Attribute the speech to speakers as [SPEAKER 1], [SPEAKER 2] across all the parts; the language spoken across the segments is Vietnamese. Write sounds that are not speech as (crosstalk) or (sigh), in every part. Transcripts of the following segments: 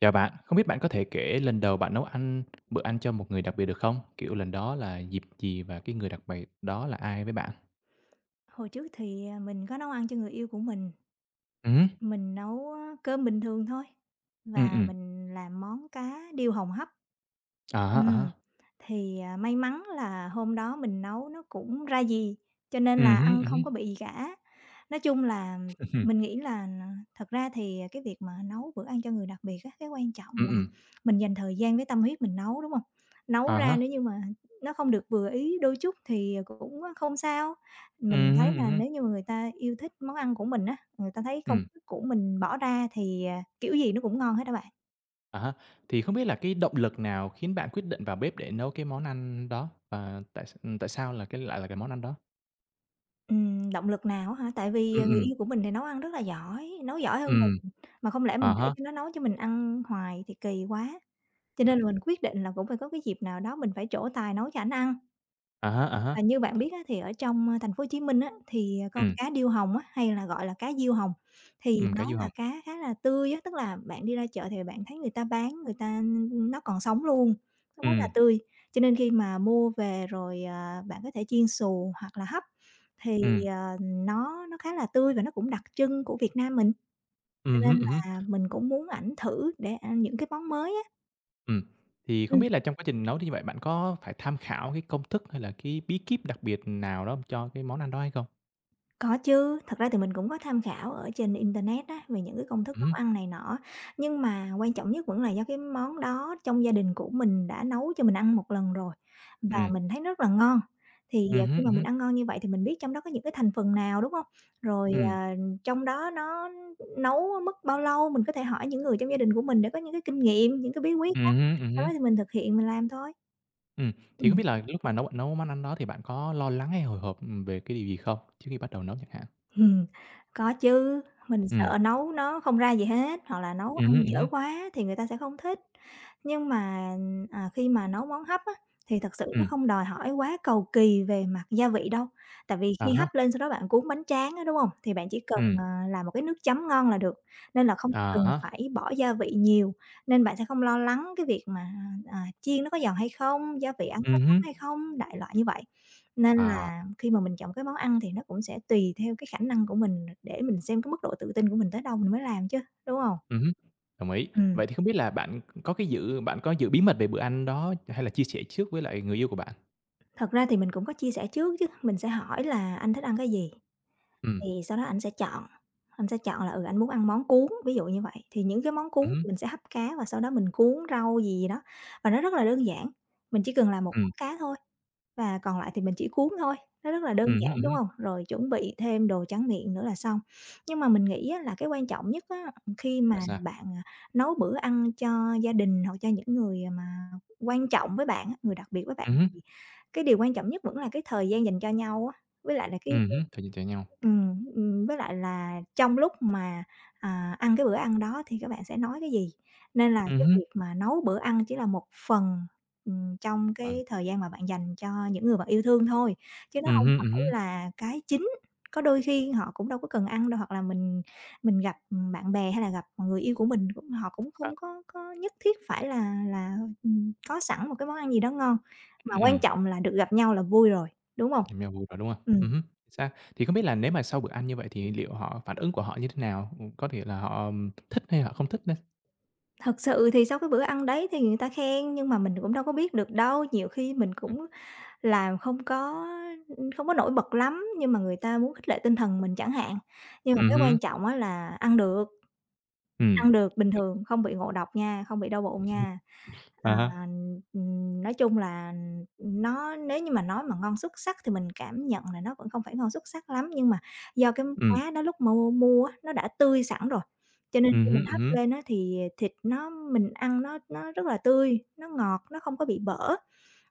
[SPEAKER 1] Chào bạn, không biết bạn có thể kể lần đầu bạn nấu ăn bữa ăn cho một người đặc biệt được không? Kiểu lần đó là dịp gì và cái người đặc biệt đó là ai với bạn?
[SPEAKER 2] Hồi trước thì, mình có nấu ăn cho người yêu của
[SPEAKER 1] Ừ,
[SPEAKER 2] mình nấu á, cơm bình thường thôi
[SPEAKER 1] ừ,
[SPEAKER 2] và
[SPEAKER 1] ừm.
[SPEAKER 2] mình làm món cá điêu hồng hấp.
[SPEAKER 1] À há, à
[SPEAKER 2] Ừm,
[SPEAKER 1] há.
[SPEAKER 2] thì, may mắn là hôm đó mình nấu nó cũng ra gì, cho nên
[SPEAKER 1] Ừ
[SPEAKER 2] là
[SPEAKER 1] hứm,
[SPEAKER 2] ăn
[SPEAKER 1] ừ hứm.
[SPEAKER 2] không có bị gì cả. Nói chung là
[SPEAKER 1] Ừm hừm.
[SPEAKER 2] mình nghĩ là thật ra thì cái việc mà nấu bữa ăn cho người đặc biệt á, cái quan trọng là
[SPEAKER 1] Ừm.
[SPEAKER 2] mình dành thời gian với tâm huyết mình nấu, đúng không? Nấu
[SPEAKER 1] À
[SPEAKER 2] ra
[SPEAKER 1] há.
[SPEAKER 2] nếu như mà nó không được vừa ý đôi chút thì cũng không sao.
[SPEAKER 1] Ừ
[SPEAKER 2] Mình thấy
[SPEAKER 1] hứm, ừ
[SPEAKER 2] là
[SPEAKER 1] hứm.
[SPEAKER 2] nếu như mà người ta yêu thích món ăn của mình á, người ta thấy công
[SPEAKER 1] Ừm.
[SPEAKER 2] sức của mình bỏ ra thì, kiểu gì nó cũng ngon hết á bạn.
[SPEAKER 1] À há. Thì không biết là cái động lực nào khiến bạn quyết định vào bếp để nấu cái món ăn đó? Và tại sao là cái lại là cái món ăn đó?
[SPEAKER 2] Động lực nào á hả? Tại
[SPEAKER 1] Ừ,
[SPEAKER 2] vì, người
[SPEAKER 1] ừ.
[SPEAKER 2] yêu của mình thì nấu ăn rất là giỏi, nấu giỏi hơn
[SPEAKER 1] Ừm.
[SPEAKER 2] mình, mà không lẽ
[SPEAKER 1] À
[SPEAKER 2] mình để
[SPEAKER 1] há.
[SPEAKER 2] cho nó nấu cho mình ăn hoài thì kỳ quá. Cho nên
[SPEAKER 1] Ừm.
[SPEAKER 2] là mình quyết định là cũng phải có cái dịp nào đó mình phải trổ tài nấu cho ảnh ăn.
[SPEAKER 1] À há, à
[SPEAKER 2] Và
[SPEAKER 1] há.
[SPEAKER 2] như bạn biết á, thì ở trong, Thành phố Hồ Chí Minh á, thì,
[SPEAKER 1] Ừ,
[SPEAKER 2] con cá điêu hồng á, hay là gọi là cá diêu hồng,
[SPEAKER 1] ừ
[SPEAKER 2] thì nó
[SPEAKER 1] cá diêu hồng.
[SPEAKER 2] là cá khá là tươi á, tức là bạn đi ra chợ thì bạn thấy người ta bán, người ta, nó còn sống luôn, nó
[SPEAKER 1] Ừ,
[SPEAKER 2] rất là tươi. Cho nên khi mà mua về rồi, bạn có thể chiên xù hoặc là hấp, thì,
[SPEAKER 1] ừ.
[SPEAKER 2] nó khá là tươi và nó cũng đặc trưng của Việt Nam mình, cho
[SPEAKER 1] Ừ
[SPEAKER 2] nên
[SPEAKER 1] hứm, hứm.
[SPEAKER 2] là mình cũng muốn ảnh thử để ăn những cái món mới á.
[SPEAKER 1] Ừm, thì không
[SPEAKER 2] Ừm.
[SPEAKER 1] biết là trong quá trình nấu thì như vậy bạn có phải tham khảo cái công thức hay là cái bí kíp đặc biệt nào đó cho cái món ăn đó hay không?
[SPEAKER 2] Có chứ, thật ra thì mình cũng có tham khảo ở trên internet á, về những cái công thức nấu
[SPEAKER 1] Ừm
[SPEAKER 2] ăn này nọ, nhưng mà quan trọng nhất vẫn là do cái món đó trong gia đình của mình đã nấu cho mình ăn một lần rồi và
[SPEAKER 1] hứm.
[SPEAKER 2] mình thấy rất là ngon. Thì,
[SPEAKER 1] Ừm,
[SPEAKER 2] khi mà
[SPEAKER 1] hứm.
[SPEAKER 2] mình ăn ngon như vậy thì mình biết trong đó có những cái thành phần nào, đúng không? Rồi,
[SPEAKER 1] Ừm,
[SPEAKER 2] trong đó nó nấu mất bao lâu, mình có thể hỏi những người trong gia đình của mình để có những cái kinh nghiệm, những cái bí quyết á,
[SPEAKER 1] ừm
[SPEAKER 2] sau
[SPEAKER 1] ừm
[SPEAKER 2] đó thì mình thực hiện mình làm thôi.
[SPEAKER 1] Ừm, thì không
[SPEAKER 2] Ừm.
[SPEAKER 1] biết là lúc mà nấu bạn nấu món ăn đó thì bạn có lo lắng hay hồi hộp về cái điều gì không? Trước khi bắt đầu nấu chẳng hạn.
[SPEAKER 2] Ừm, có chứ, mình
[SPEAKER 1] Ừm,
[SPEAKER 2] sợ nấu nó không ra gì hết, hoặc là nấu ăn
[SPEAKER 1] hứm,
[SPEAKER 2] dở
[SPEAKER 1] ừm.
[SPEAKER 2] quá thì người ta sẽ không thích. Nhưng mà, khi mà nấu món hấp á, thì thật sự nó
[SPEAKER 1] Ừm,
[SPEAKER 2] không đòi hỏi quá cầu kỳ về mặt gia vị đâu, tại vì
[SPEAKER 1] à
[SPEAKER 2] khi
[SPEAKER 1] há.
[SPEAKER 2] hấp lên sau đó bạn cuốn bánh tráng á, đúng hông? Thì bạn chỉ cần,
[SPEAKER 1] Ừm,
[SPEAKER 2] làm một cái nước chấm ngon là được, nên là không có
[SPEAKER 1] à
[SPEAKER 2] cần
[SPEAKER 1] há.
[SPEAKER 2] phải bỏ gia vị nhiều, nên bạn sẽ không lo lắng cái việc mà, chiên nó có giòn hay không, gia vị ăn có thấm
[SPEAKER 1] Ừm.
[SPEAKER 2] hay không, đại loại như vậy. Nên
[SPEAKER 1] À.
[SPEAKER 2] là khi mà mình chọn cái món ăn thì nó cũng sẽ tùy theo cái khả năng của mình để mình xem cái mức độ tự tin của mình tới đâu mình mới làm chứ, đúng hông?
[SPEAKER 1] Ừm đồng ý.
[SPEAKER 2] Ừm,
[SPEAKER 1] Vậy thì không biết là bạn có cái giữ bạn có giữ bí mật về bữa ăn đó hay là chia sẻ trước với lại người yêu của bạn?
[SPEAKER 2] thật ra thì mình cũng có chia sẻ trước chứ, mình sẽ hỏi là "Anh thích ăn cái gì?" Thì
[SPEAKER 1] Ừm,
[SPEAKER 2] sau đó ảnh sẽ chọn, anh sẽ chọn là, ừ, anh muốn ăn món cuốn, ví dụ như vậy, thì những cái món cuốn
[SPEAKER 1] ừm,
[SPEAKER 2] mình sẽ hấp cá và sau đó mình cuốn rau gì gì đó, và nó rất là đơn giản, mình chỉ cần làm một
[SPEAKER 1] ừm.
[SPEAKER 2] món cá thôi và còn lại thì mình chỉ cuốn thôi, nó rất là đơn giản,
[SPEAKER 1] Hứm,
[SPEAKER 2] đúng
[SPEAKER 1] hứm.
[SPEAKER 2] không? Rồi chuẩn bị thêm đồ tráng miệng nữa là xong. Nhưng mà mình nghĩ á là cái quan trọng nhất á, khi
[SPEAKER 1] Sao,
[SPEAKER 2] mà
[SPEAKER 1] sao?
[SPEAKER 2] bạn, nấu bữa ăn cho gia đình hoặc cho những người mà quan trọng với bạn á, người đặc biệt với bạn
[SPEAKER 1] Hứm,
[SPEAKER 2] thì cái điều quan trọng nhất vẫn là cái thời gian dành cho nhau á, với lại là cái cái
[SPEAKER 1] hứm, thời gian chạy nhau.
[SPEAKER 2] ừm, với lại là trong lúc mà, ăn cái bữa ăn đó thì các bạn sẽ nói cái gì, nên là cái
[SPEAKER 1] Hứm.
[SPEAKER 2] việc mà nấu bữa ăn chỉ là một phần, trong
[SPEAKER 1] Còn
[SPEAKER 2] cái thời gian mà bạn dành cho những người bạn yêu thương thôi, chứ nó hông
[SPEAKER 1] hứm,
[SPEAKER 2] phải
[SPEAKER 1] hứm.
[SPEAKER 2] là cái chính. Có đôi khi họ cũng đâu có cần ăn đâu, hoặc là mình gặp, bạn bè hay là gặp người yêu của mình cũng họ cũng không
[SPEAKER 1] À,
[SPEAKER 2] có có nhất thiết phải là, có sẵn một cái món ăn gì đó ngon, mà
[SPEAKER 1] ừm,
[SPEAKER 2] quan
[SPEAKER 1] ừm,
[SPEAKER 2] trọng là được gặp nhau là vui rồi, đúng hông?
[SPEAKER 1] cùng nhau vui rồi, đúng hông?
[SPEAKER 2] Ừm.
[SPEAKER 1] Hứm, chính xác. Thì không biết là nếu mà sau bữa ăn như vậy thì liệu họ phản ứng của họ như thế nào? Có thể là họ thích hay họ không thích đây?
[SPEAKER 2] Thật sự thì sau cái bữa ăn đấy thì người ta khen, nhưng mà mình cũng đâu có biết được đâu, nhiều khi mình
[SPEAKER 1] Ừm.
[SPEAKER 2] cũng làm không có, không có nổi bật lắm, nhưng mà người ta muốn khích lệ tinh thần mình chẳng hạn. Nhưng mà cái
[SPEAKER 1] Hứm,
[SPEAKER 2] quan trọng á là
[SPEAKER 1] ừm.
[SPEAKER 2] ăn được bình
[SPEAKER 1] Tức
[SPEAKER 2] thường, không bị ngộ độc nha, không bị đau bụng nha.
[SPEAKER 1] à
[SPEAKER 2] Ờ,
[SPEAKER 1] há,
[SPEAKER 2] nói chung là nó nếu như mà nói mà ngon xuất sắc thì mình cảm nhận là nó vẫn không phải ngon xuất sắc lắm, nhưng mà do cái
[SPEAKER 1] ừm,
[SPEAKER 2] cá đó lúc mà mua á, nó đã tươi sẵn rồi, cho nên khi mình
[SPEAKER 1] hứm,
[SPEAKER 2] hấp
[SPEAKER 1] hứm,
[SPEAKER 2] lên á thì thịt nó mình ăn nó rất là tươi, nó ngọt, nó không có bị bở.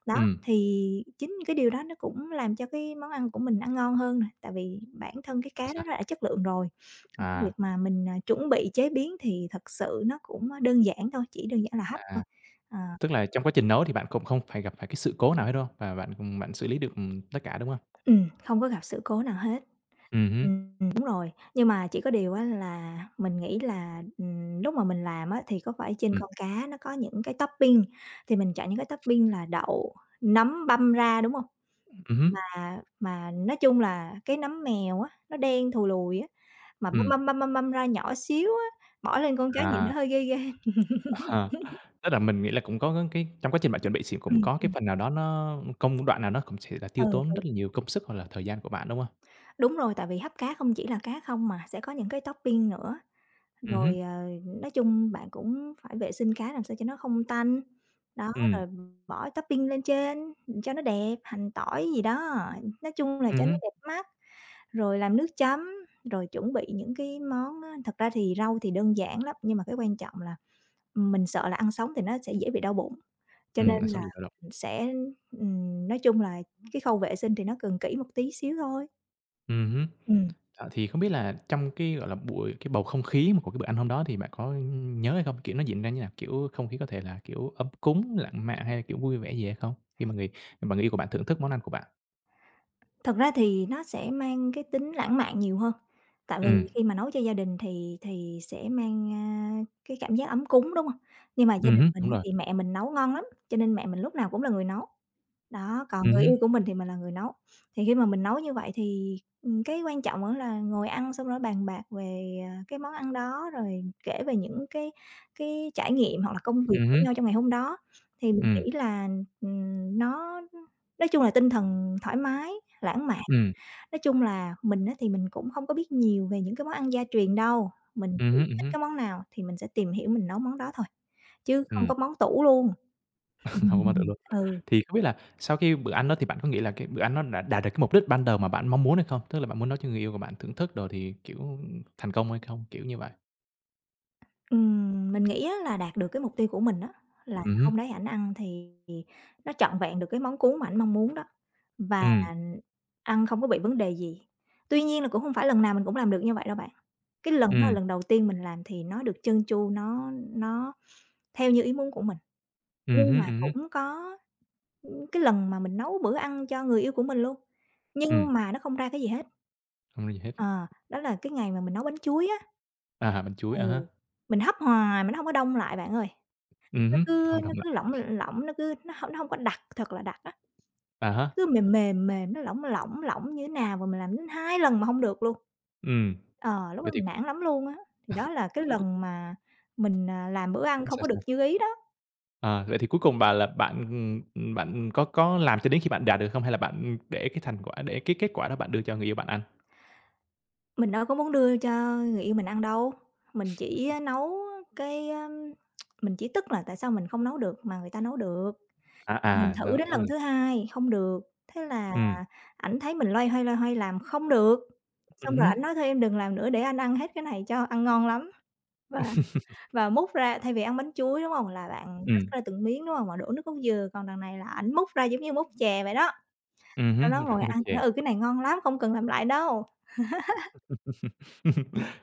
[SPEAKER 2] Đó,
[SPEAKER 1] ừm.
[SPEAKER 2] thì chính cái điều đó nó cũng làm cho cái món ăn của mình ăn ngon hơn nè, tại vì bản thân cái cá
[SPEAKER 1] Sao,
[SPEAKER 2] đó nó đã
[SPEAKER 1] sao?
[SPEAKER 2] chất lượng rồi. Còn cái việc
[SPEAKER 1] À,
[SPEAKER 2] mà mình, chuẩn bị chế biến thì thật sự nó cũng, đơn giản thôi, chỉ đơn giản là hấp thôi.
[SPEAKER 1] à,
[SPEAKER 2] Ờ.
[SPEAKER 1] tức là trong quá trình nấu thì bạn cũng không phải gặp phải cái sự cố nào hết, đúng hông? Và bạn, bạn xử lý được, tất cả, đúng hông?
[SPEAKER 2] Ừ, không có gặp sự cố nào hết.
[SPEAKER 1] Hứm,
[SPEAKER 2] Đúng rồi, nhưng mà chỉ có điều á là mình nghĩ là, lúc mà mình làm á thì có phải trên
[SPEAKER 1] ừm,
[SPEAKER 2] con cá nó có những cái topping, thì mình chọn những cái topping là đậu, nấm băm ra, đúng không?
[SPEAKER 1] hứm,
[SPEAKER 2] Mà nói chung là cái nấm mèo á, nó đen thù lùi á, mà
[SPEAKER 1] ừm.
[SPEAKER 2] băm ra nhỏ xíu á, bỏ lên con cá nhìn
[SPEAKER 1] À.
[SPEAKER 2] nó hơi ghê ghê.
[SPEAKER 1] (laughs) Tức là mình nghĩ là cũng có cái trong quá trình bạn chuẩn bị thì cũng
[SPEAKER 2] Ừm,
[SPEAKER 1] có cái phần nào đó nó công đoạn nào nó cũng sẽ là tiêu tốn
[SPEAKER 2] ừ,
[SPEAKER 1] rất là nhiều công sức hoặc là thời gian của bạn, đúng hông?
[SPEAKER 2] đúng rồi, tại vì hấp cá không chỉ là cá không mà, sẽ có những cái topping nữa. Rồi,
[SPEAKER 1] Hứm,
[SPEAKER 2] nói chung bạn cũng phải vệ sinh cá làm sao cho nó không tanh. Đó,
[SPEAKER 1] ừm,
[SPEAKER 2] rồi bỏ topping lên trên cho nó đẹp, hành tỏi gì đó, nói chung là cho nó
[SPEAKER 1] hứm,
[SPEAKER 2] đẹp mắt, rồi làm nước chấm, rồi chuẩn bị những cái món á, thật ra thì rau thì đơn giản lắm, nhưng mà cái quan trọng là mình sợ là ăn sống thì nó sẽ dễ bị đau bụng, cho nên
[SPEAKER 1] là xong
[SPEAKER 2] là
[SPEAKER 1] việc đầu độc.
[SPEAKER 2] sẽ nói chung là cái khâu vệ sinh thì nó cần kỹ một tí xíu thôi.
[SPEAKER 1] Hứm.
[SPEAKER 2] Ừm.
[SPEAKER 1] Ờ, thì không biết là trong cái, gọi là, buổi cái bầu không khí mà của cái bữa ăn hôm đó thì bạn có nhớ hay không? Kiểu, nó diễn ra như nào? Kiểu, không khí có thể là, kiểu, ấm cúng, lãng mạn hay là, kiểu, vui vẻ gì hay không? Khi mà người yêu của bạn thưởng thức món ăn của bạn.
[SPEAKER 2] Thật ra thì nó sẽ mang cái tính lãng mạn nhiều hơn, tại vì
[SPEAKER 1] Ừm,
[SPEAKER 2] khi mà nấu cho gia đình thì sẽ mang, cái cảm giác ấm cúng, đúng hông? Nhưng mà gia đình
[SPEAKER 1] hứm,
[SPEAKER 2] mình
[SPEAKER 1] đúng
[SPEAKER 2] á
[SPEAKER 1] rồi.
[SPEAKER 2] thì mẹ mình nấu ngon lắm, cho nên mẹ mình lúc nào cũng là người nấu. Đó, còn người
[SPEAKER 1] Hứm,
[SPEAKER 2] yêu của mình thì mình là người nấu. Thì khi mà mình nấu như vậy thì, cái quan trọng vẫn là ngồi ăn xong rồi bàn bạc về, cái món ăn đó, rồi kể về những cái trải nghiệm hoặc là công việc của
[SPEAKER 1] hứm,
[SPEAKER 2] nhau trong ngày hôm đó. Thì mình
[SPEAKER 1] ừm,
[SPEAKER 2] nghĩ là, nó nói chung là tinh thần thoải mái, lãng mạn.
[SPEAKER 1] ừm,
[SPEAKER 2] Nói chung là mình á thì mình cũng không có biết nhiều về những cái món ăn gia truyền đâu, mình chỉ
[SPEAKER 1] hứm,
[SPEAKER 2] thích
[SPEAKER 1] hứm,
[SPEAKER 2] cái món nào thì mình sẽ tìm hiểu mình nấu món đó thôi, chứ không
[SPEAKER 1] ừm.
[SPEAKER 2] có món tủ luôn.
[SPEAKER 1] Hông (laughs) có mơ tưởng luôn.
[SPEAKER 2] Ừ,
[SPEAKER 1] Thì không biết là sau khi bữa ăn đó thì bạn có nghĩ là cái bữa ăn nó đã đạt được cái mục đích ban đầu mà bạn mong muốn hay không? Tức là bạn muốn nói cho người yêu của bạn thưởng thức đồ thì, kiểu, thành công hay không? Kiểu như vậy.
[SPEAKER 2] mình nghĩ á là đạt được cái mục tiêu của mình á, là
[SPEAKER 1] Hứm,
[SPEAKER 2] hôm đấy ảnh ăn thì nó trọn vẹn được cái món cuốn mà ảnh mong muốn đó, và
[SPEAKER 1] ừm,
[SPEAKER 2] ăn không có bị vấn đề gì. Tuy nhiên là cũng không phải lần nào mình cũng làm được như vậy đâu bạn. Cái lần đó là
[SPEAKER 1] ừm,
[SPEAKER 2] lần đầu tiên mình làm thì nó được trơn tru, nó theo như ý muốn của mình, nhưng
[SPEAKER 1] hứm,
[SPEAKER 2] mà
[SPEAKER 1] hứm,
[SPEAKER 2] cũng có cái lần mà mình nấu bữa ăn cho người yêu của mình luôn,
[SPEAKER 1] ừm,
[SPEAKER 2] nhưng mà nó không ra cái gì hết.
[SPEAKER 1] không nói gì hết.
[SPEAKER 2] Ờ, đó là cái ngày mà mình nấu bánh chuối á.
[SPEAKER 1] À, bánh chuối,
[SPEAKER 2] Ừ,
[SPEAKER 1] à há,
[SPEAKER 2] mình hấp hoài mà nó hông có đông lại bạn ơi, nó
[SPEAKER 1] hứm,
[SPEAKER 2] cứ
[SPEAKER 1] không
[SPEAKER 2] nó
[SPEAKER 1] đồng lặp,
[SPEAKER 2] cứ lỏng lỏng, nó hông có đặc, thật là đặc á,
[SPEAKER 1] à há,
[SPEAKER 2] cứ mềm mềm mềm, nó lỏng lỏng lỏng như thế nào mà mình làm đến 2 lần mà hông được luôn.
[SPEAKER 1] ừm.
[SPEAKER 2] Ờ, lúc
[SPEAKER 1] Vậy
[SPEAKER 2] đó
[SPEAKER 1] thì
[SPEAKER 2] mình nản lắm luôn á, thì đó là cái
[SPEAKER 1] cuối cùng
[SPEAKER 2] lần mà mình, làm bữa ăn
[SPEAKER 1] nó
[SPEAKER 2] không
[SPEAKER 1] sao,
[SPEAKER 2] có được
[SPEAKER 1] sao?
[SPEAKER 2] như ý đó.
[SPEAKER 1] Ờ, vậy thì cuối cùng bà là bạn, bạn có làm cho đến khi bạn đạt được không? Hay là bạn để cái thành quả để cái kết quả đó bạn đưa cho người yêu bạn ăn?
[SPEAKER 2] Mình đâu có muốn đưa cho người yêu mình ăn đâu, mình chỉ, nấu cái, a mình chỉ tức là tại sao mình không nấu được mà người ta nấu được.
[SPEAKER 1] À,
[SPEAKER 2] Mình
[SPEAKER 1] à,
[SPEAKER 2] thử
[SPEAKER 1] nấu
[SPEAKER 2] đến
[SPEAKER 1] nấu
[SPEAKER 2] lần
[SPEAKER 1] được.
[SPEAKER 2] thứ hai, không được, thế là
[SPEAKER 1] Ừm,
[SPEAKER 2] ảnh thấy mình loay hoay làm không được, xong rồi
[SPEAKER 1] hứm.
[SPEAKER 2] ảnh nói thôi em đừng làm nữa để anh ăn hết cái này cho, ăn ngon lắm. Và
[SPEAKER 1] (laughs)
[SPEAKER 2] và múc ra thay vì ăn bánh chuối, đúng không? Là bạn cắt
[SPEAKER 1] Ừm,
[SPEAKER 2] ra từng miếng, đúng không, mà đổ nước cốt dừa, còn đằng này là ảnh múc ra giống như múc chè vậy đó, sau
[SPEAKER 1] hứm,
[SPEAKER 2] đó
[SPEAKER 1] một đoạn
[SPEAKER 2] ngồi
[SPEAKER 1] ngân
[SPEAKER 2] ăn,
[SPEAKER 1] chè.
[SPEAKER 2] nói: "Ừ, cái này ngon lắm, không cần làm lại đâu."
[SPEAKER 1] (laughs)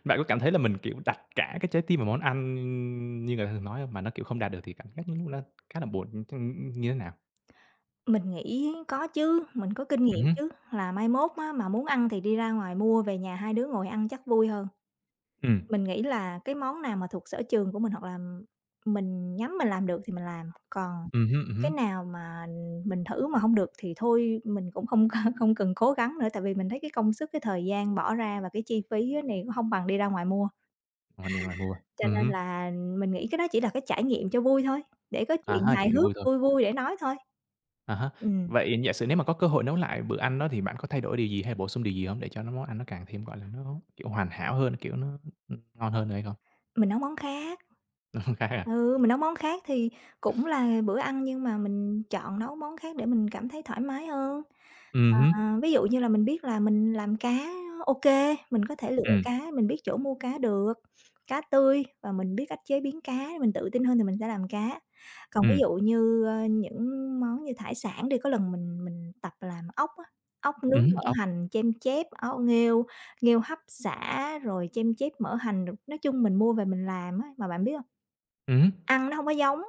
[SPEAKER 1] Bạn có cảm thấy là mình, kiểu, đặt cả cái trái tim vào món ăn như người ta thường nói hông? Mà nó, kiểu, không đạt được thì cảm giác lúc đó khá là buồn, ch như thế nào?
[SPEAKER 2] Mình nghĩ có chứ, mình có kinh nghiệm
[SPEAKER 1] Hứm,
[SPEAKER 2] chứ, là mai mốt á mà muốn ăn thì đi ra ngoài mua về nhà hai đứa ngồi ăn chắc vui hơn.
[SPEAKER 1] ừm,
[SPEAKER 2] Mình nghĩ là cái món nào mà thuộc sở trường của mình hoặc là mình nhắm mình làm được thì mình làm, còn cái
[SPEAKER 1] hứm.
[SPEAKER 2] nào mà mình thử mà không được thì thôi mình cũng không (laughs) không cần cố gắng nữa, tại vì mình thấy cái công sức, cái thời gian bỏ ra và cái chi phí á này cũng không bằng đi ra ngoài mua.
[SPEAKER 1] Ngoài đi ngoài mua,
[SPEAKER 2] Cho nên
[SPEAKER 1] ừm
[SPEAKER 2] là mình nghĩ cái đó chỉ là cái trải nghiệm cho vui thôi, để có
[SPEAKER 1] à
[SPEAKER 2] chuyện
[SPEAKER 1] ha chỉ
[SPEAKER 2] hài
[SPEAKER 1] nghiệm vui
[SPEAKER 2] hước,
[SPEAKER 1] thôi,
[SPEAKER 2] vui vui để nói thôi.
[SPEAKER 1] à ha.
[SPEAKER 2] Ừm,
[SPEAKER 1] Vậy giả sử nếu mà có cơ hội nấu lại bữa ăn đó thì bạn có thay đổi điều gì hay bổ sung điều gì không để cho nó món ăn nó càng thêm, gọi là, nó, kiểu, hoàn hảo hơn, kiểu, nó, ngon hơn nữa hay không?
[SPEAKER 2] mình nấu món khác.
[SPEAKER 1] (laughs) Khác à?
[SPEAKER 2] Ừ, mình nấu món khác thì cũng là bữa ăn nhưng mà mình chọn nấu món khác để mình cảm thấy thoải mái hơn.
[SPEAKER 1] Hứm,
[SPEAKER 2] À, ví dụ như là mình biết là mình làm cá, ok, mình có thể lựa
[SPEAKER 1] ừm,
[SPEAKER 2] cá, mình biết chỗ mua cá được, cá tươi và mình biết cách chế biến cá, mình tự tin hơn thì mình sẽ làm cá. Còn ví
[SPEAKER 1] ừm,
[SPEAKER 2] dụ như, những món như hải sản đi, có lần mình tập làm ốc á, ốc nướng mỡ
[SPEAKER 1] ốc,
[SPEAKER 2] hành, chem chép, ốc nghêu, nghêu hấp sả rồi chem chép mỡ hành, nói chung mình mua về mình làm á. Mà bạn biết không,
[SPEAKER 1] ừm
[SPEAKER 2] ăn nó không có giống.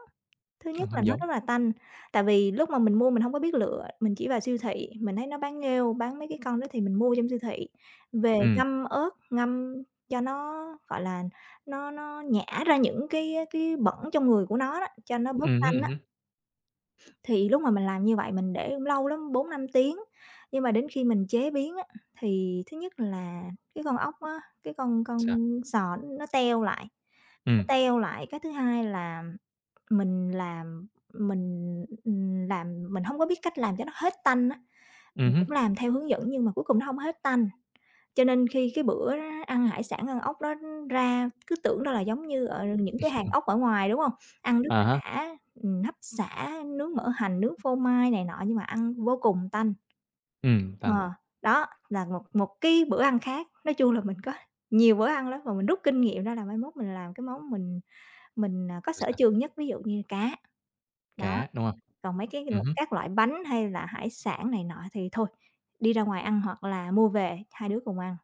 [SPEAKER 2] Thứ nhất là
[SPEAKER 1] không
[SPEAKER 2] nó
[SPEAKER 1] giống,
[SPEAKER 2] rất là tanh, tại vì lúc mà mình mua mình hông có biết lựa, mình chỉ vào siêu thị, mình thấy nó bán nghêu, bán mấy cái con đó thì mình mua trong siêu thị, về
[SPEAKER 1] ừm,
[SPEAKER 2] ngâm ớt, ngâm cho nó, gọi là, nó nhả ra những cái bẩn trong người của nó đó, cho nó bớt
[SPEAKER 1] hứm,
[SPEAKER 2] tanh á.
[SPEAKER 1] hứm.
[SPEAKER 2] Thì lúc mà mình làm như vậy mình để lâu lắm, 4-5 tiếng, nhưng mà đến khi mình chế biến á, thì thứ nhất là cái con ốc á, cái con
[SPEAKER 1] Sao?
[SPEAKER 2] sò nó
[SPEAKER 1] Ừm,
[SPEAKER 2] teo lại, cái thứ hai là mình làm mình, làm mình hông có biết cách làm cho nó hết tanh á. Mình
[SPEAKER 1] ừm.
[SPEAKER 2] cũng làm theo hướng dẫn nhưng mà cuối cùng nó hông hết tanh, cho nên khi cái bữa đó ăn hải sản, ăn ốc đó ra cứ tưởng đó là giống như ở những cái hàng ốc ở ngoài, đúng hông? Ăn rất
[SPEAKER 1] À
[SPEAKER 2] là
[SPEAKER 1] há,
[SPEAKER 2] đã, hấp xả, nướng mỡ hành, nướng phô mai này nọ nhưng mà ăn vô cùng tanh.
[SPEAKER 1] tành,
[SPEAKER 2] Ờ, đó là một một cái bữa ăn khác. Nói chung là mình có nhiều bữa ăn lắm và mình rút kinh nghiệm ra là mai mốt mình làm cái món mình có
[SPEAKER 1] rồi
[SPEAKER 2] sở
[SPEAKER 1] sao?
[SPEAKER 2] trường nhất, ví dụ như cá. Đó.
[SPEAKER 1] Cá, đúng hông?
[SPEAKER 2] Còn mấy cái l
[SPEAKER 1] Hứm,
[SPEAKER 2] các loại bánh hay là hải sản này nọ thì thôi, đi ra ngoài ăn hoặc là mua về hai đứa cùng ăn.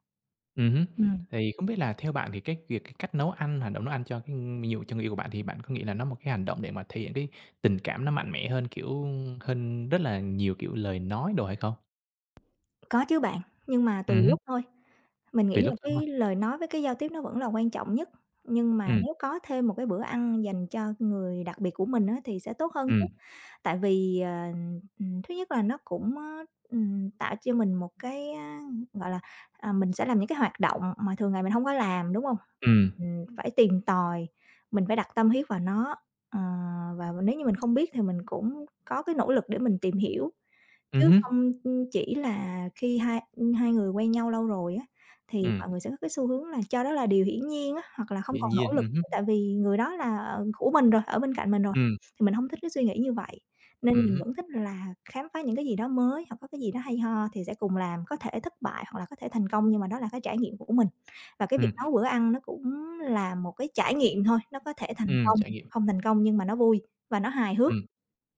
[SPEAKER 1] hứm.
[SPEAKER 2] Ừm.
[SPEAKER 1] Thì không biết là theo bạn thì cái việc cái cách nấu ăn, hành động nấu ăn cho cái ví dụ cho người yêu của bạn thì bạn có nghĩ là nó một cái hành động để mà thể hiện cái tình cảm nó mạnh mẽ hơn, kiểu, hơn rất là nhiều, kiểu, lời nói đồ hay không?
[SPEAKER 2] Có chứ bạn, nhưng mà tùy
[SPEAKER 1] Hứm,
[SPEAKER 2] lúc thôi. Mình nghĩ
[SPEAKER 1] tùy lúc
[SPEAKER 2] là
[SPEAKER 1] thôi, đúng hông?
[SPEAKER 2] cái lời nói với cái giao tiếp nó vẫn là quan trọng nhất, nhưng mà
[SPEAKER 1] Ừm,
[SPEAKER 2] nếu có thêm một cái bữa ăn dành cho người đặc biệt của mình á thì sẽ tốt hơn.
[SPEAKER 1] ừm,
[SPEAKER 2] Tại vì, thứ nhất là nó cũng, tạo cho mình một cái, gọi là, mình sẽ làm những cái hoạt động mà thường ngày mình không có làm, đúng không?
[SPEAKER 1] ừm,
[SPEAKER 2] Phải tìm tòi, mình phải đặt tâm huyết vào nó, ờ, và nếu như mình không biết thì mình cũng có cái nỗ lực để mình tìm hiểu. Chứ
[SPEAKER 1] hứm,
[SPEAKER 2] không, ừ, chỉ là khi hai người quen nhau lâu rồi á, thì
[SPEAKER 1] ừm,
[SPEAKER 2] mọi người sẽ có cái xu hướng là cho đó là điều hiển nhiên á, hoặc là không
[SPEAKER 1] dĩ
[SPEAKER 2] còn
[SPEAKER 1] nhiên,
[SPEAKER 2] nỗ lực
[SPEAKER 1] hứm,
[SPEAKER 2] nữa tại vì người đó là, của mình rồi, ở bên cạnh mình rồi.
[SPEAKER 1] ừm,
[SPEAKER 2] Thì mình hông thích cái suy nghĩ như vậy, nên mình
[SPEAKER 1] hứm,
[SPEAKER 2] vẫn thích là khám phá những cái gì đó mới hoặc có cái gì đó hay ho thì sẽ cùng làm, có thể thất bại hoặc là có thể thành công nhưng mà đó là cái trải nghiệm của mình. Và cái việc
[SPEAKER 1] ừm,
[SPEAKER 2] nấu bữa ăn nó cũng là một cái trải nghiệm thôi, nó có thể thành công,
[SPEAKER 1] trải nghiệm,
[SPEAKER 2] không thành công nhưng mà nó vui. Và nó hài hước.
[SPEAKER 1] ừm,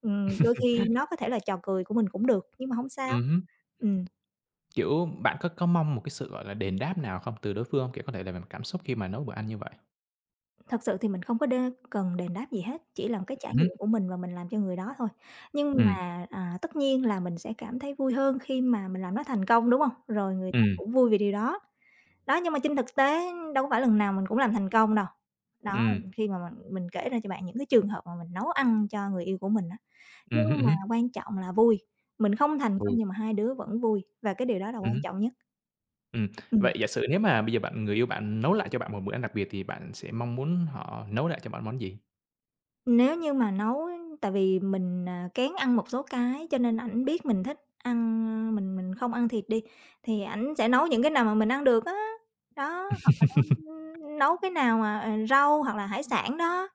[SPEAKER 2] Đôi khi nó có thể là trò cười của mình cũng được, nhưng mà hổng sao.
[SPEAKER 1] hứm.
[SPEAKER 2] Ừm,
[SPEAKER 1] Kiểu, bạn có mong một cái sự, gọi là, đền đáp nào không từ đối phương hông? Kiểu, có thể là về mặt cảm xúc khi mà nấu bữa ăn như vậy.
[SPEAKER 2] thật sự thì mình không có cần đền đáp gì hết, chỉ là một cái trải
[SPEAKER 1] Hứm,
[SPEAKER 2] nghiệm của mình và mình làm cho người đó thôi. Nhưng
[SPEAKER 1] ừm.
[SPEAKER 2] mà, tất nhiên là mình sẽ cảm thấy vui hơn khi mà mình làm nó thành công, đúng hông? Rồi người ta
[SPEAKER 1] Ừm,
[SPEAKER 2] cũng vui vì điều đó. Đó, nhưng mà trên thực tế đâu có phải lần nào mình cũng làm thành công đâu. Đó,
[SPEAKER 1] ừm,
[SPEAKER 2] khi mà mình kể ra cho bạn những cái trường hợp mà mình nấu ăn cho người yêu của mình á,
[SPEAKER 1] hứm,
[SPEAKER 2] nhưng mà
[SPEAKER 1] hứm.
[SPEAKER 2] quan trọng là vui, mình không thành
[SPEAKER 1] Ừ,
[SPEAKER 2] công nhưng mà hai đứa vẫn vui và cái điều đó là quan
[SPEAKER 1] hứm,
[SPEAKER 2] trọng nhất.
[SPEAKER 1] ừm.
[SPEAKER 2] Ừm,
[SPEAKER 1] Vậy giả sử nếu mà bây giờ người yêu bạn nấu lại cho bạn một bữa ăn đặc biệt thì bạn sẽ mong muốn họ nấu lại cho bạn món gì?
[SPEAKER 2] nếu như mà nấu á tại vì mình, kén ăn một số cái cho nên ảnh biết mình thích ăn, ơ, mình không ăn thịt đi, thì ảnh sẽ nấu những cái nào mà mình ăn được á. Đó, hoặc là nấu,
[SPEAKER 1] (laughs)
[SPEAKER 2] nấu cái nào mà, rau hoặc là hải sản đó.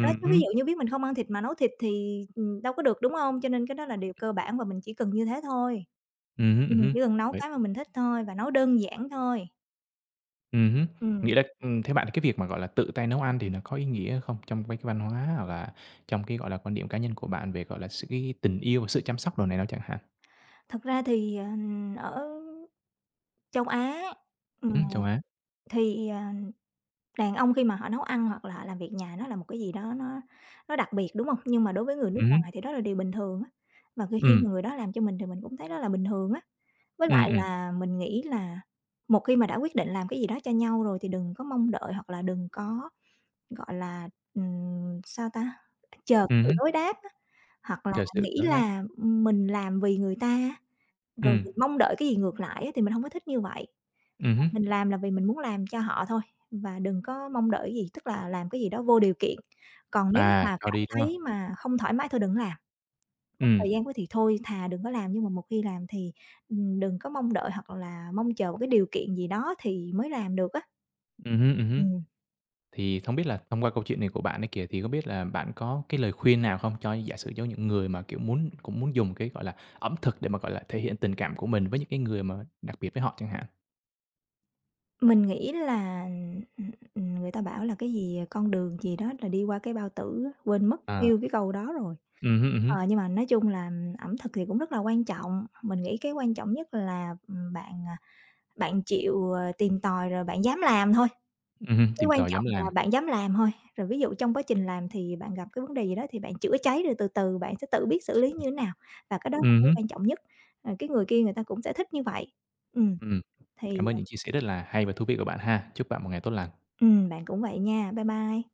[SPEAKER 2] Đó, chứ ví
[SPEAKER 1] hứm,
[SPEAKER 2] dụ như biết mình không ăn thịt mà nấu thịt thì, đâu có được, đúng hông? Cho nên cái đó là điều cơ bản và mình chỉ cần như thế thôi.
[SPEAKER 1] hứm, hứm.
[SPEAKER 2] Chỉ cần nấu
[SPEAKER 1] Vậy
[SPEAKER 2] cái mà mình thích thôi và nấu đơn giản thôi.
[SPEAKER 1] hứm,
[SPEAKER 2] Ừm,
[SPEAKER 1] nghĩa là, theo bạn cái việc mà, gọi là, tự tay nấu ăn thì nó có ý nghĩa không? Trong cái văn hóa hoặc là trong cái, gọi là, quan điểm cá nhân của bạn về, gọi là, sự cái tình yêu và sự chăm sóc đồ này đó chẳng hạn?
[SPEAKER 2] thật ra thì, ở châu Á, ừm,
[SPEAKER 1] Châu Á.
[SPEAKER 2] thì, đàn ông khi mà họ nấu ăn hoặc là họ làm việc nhà nó là một cái gì đó nó đặc biệt, đúng hông? Nhưng mà đối với người nước
[SPEAKER 1] Hứm,
[SPEAKER 2] ngoài thì đó là điều bình thường á, và khi khi
[SPEAKER 1] ừm,
[SPEAKER 2] mà người đó làm cho mình thì mình cũng thấy đó là bình thường á. Với
[SPEAKER 1] ừm,
[SPEAKER 2] lại
[SPEAKER 1] ừm,
[SPEAKER 2] là mình nghĩ là một khi mà đã quyết định làm cái gì đó cho nhau rồi thì đừng có mong đợi hoặc là đừng có, gọi là, sao ta, chờ cái sự
[SPEAKER 1] hứm,
[SPEAKER 2] đối đáp á, hoặc là
[SPEAKER 1] chờ sự
[SPEAKER 2] nghĩ
[SPEAKER 1] đối đáp.
[SPEAKER 2] là, mình làm vì người ta rồi
[SPEAKER 1] Ừm,
[SPEAKER 2] mình mong đợi cái gì ngược lại á thì mình hông có thích như vậy.
[SPEAKER 1] hứm.
[SPEAKER 2] Mình làm là vì mình muốn làm cho họ thôi và đừng có mong đợi gì, tức là làm cái gì đó vô điều kiện. Còn nếu như
[SPEAKER 1] À,
[SPEAKER 2] mà
[SPEAKER 1] cho
[SPEAKER 2] cảm
[SPEAKER 1] đi, đúng
[SPEAKER 2] thấy
[SPEAKER 1] hông?
[SPEAKER 2] mà không thoải mái thôi đừng làm, mất
[SPEAKER 1] Ừm,
[SPEAKER 2] thời gian quá thì thôi, thà đừng có làm, nhưng mà một khi làm thì, đừng có mong đợi hoặc là mong chờ một cái điều kiện gì đó thì mới làm được á.
[SPEAKER 1] hứm, hứm.
[SPEAKER 2] Ừm,
[SPEAKER 1] Thì không biết là thông qua câu chuyện này của bạn ấy kìa, thì không biết là bạn có cái lời khuyên nào không cho giả sử cho những người mà, kiểu, muốn cũng muốn dùng cái, gọi là, ẩm thực để mà, gọi là, thể hiện tình cảm của mình với những cái người mà đặc biệt với họ chẳng hạn?
[SPEAKER 2] mình nghĩ là, người ta bảo là cái gì, con đường gì đó là đi qua cái bao tử á, quên mất
[SPEAKER 1] À,
[SPEAKER 2] tiêu cái câu đó rồi.
[SPEAKER 1] hứm, hứm,
[SPEAKER 2] Ờ, nhưng mà nói chung là ừ, ẩm thực thì cũng rất là quan trọng, mình nghĩ cái quan trọng nhất là, bạn chịu, tìm tòi rồi bạn dám làm thôi,
[SPEAKER 1] hưm,
[SPEAKER 2] cái
[SPEAKER 1] tìm
[SPEAKER 2] quan
[SPEAKER 1] tòi dám
[SPEAKER 2] trọng
[SPEAKER 1] làm.
[SPEAKER 2] là bạn dám làm thôi. Rồi ví dụ trong quá trình làm thì bạn gặp cái vấn đề gì đó thì bạn chữa cháy rồi từ từ bạn sẽ tự biết xử lý như thế nào, và cái đó là cái
[SPEAKER 1] Hứm,
[SPEAKER 2] quan trọng nhất. Ờ, cái người kia người ta cũng sẽ thích như vậy. Ừm,
[SPEAKER 1] ừm.
[SPEAKER 2] thì
[SPEAKER 1] Cảm ơn những chia sẻ rất là hay và thú vị của bạn ha. Chúc bạn một ngày tốt lành.
[SPEAKER 2] bạn cũng vậy nha. Bye bye.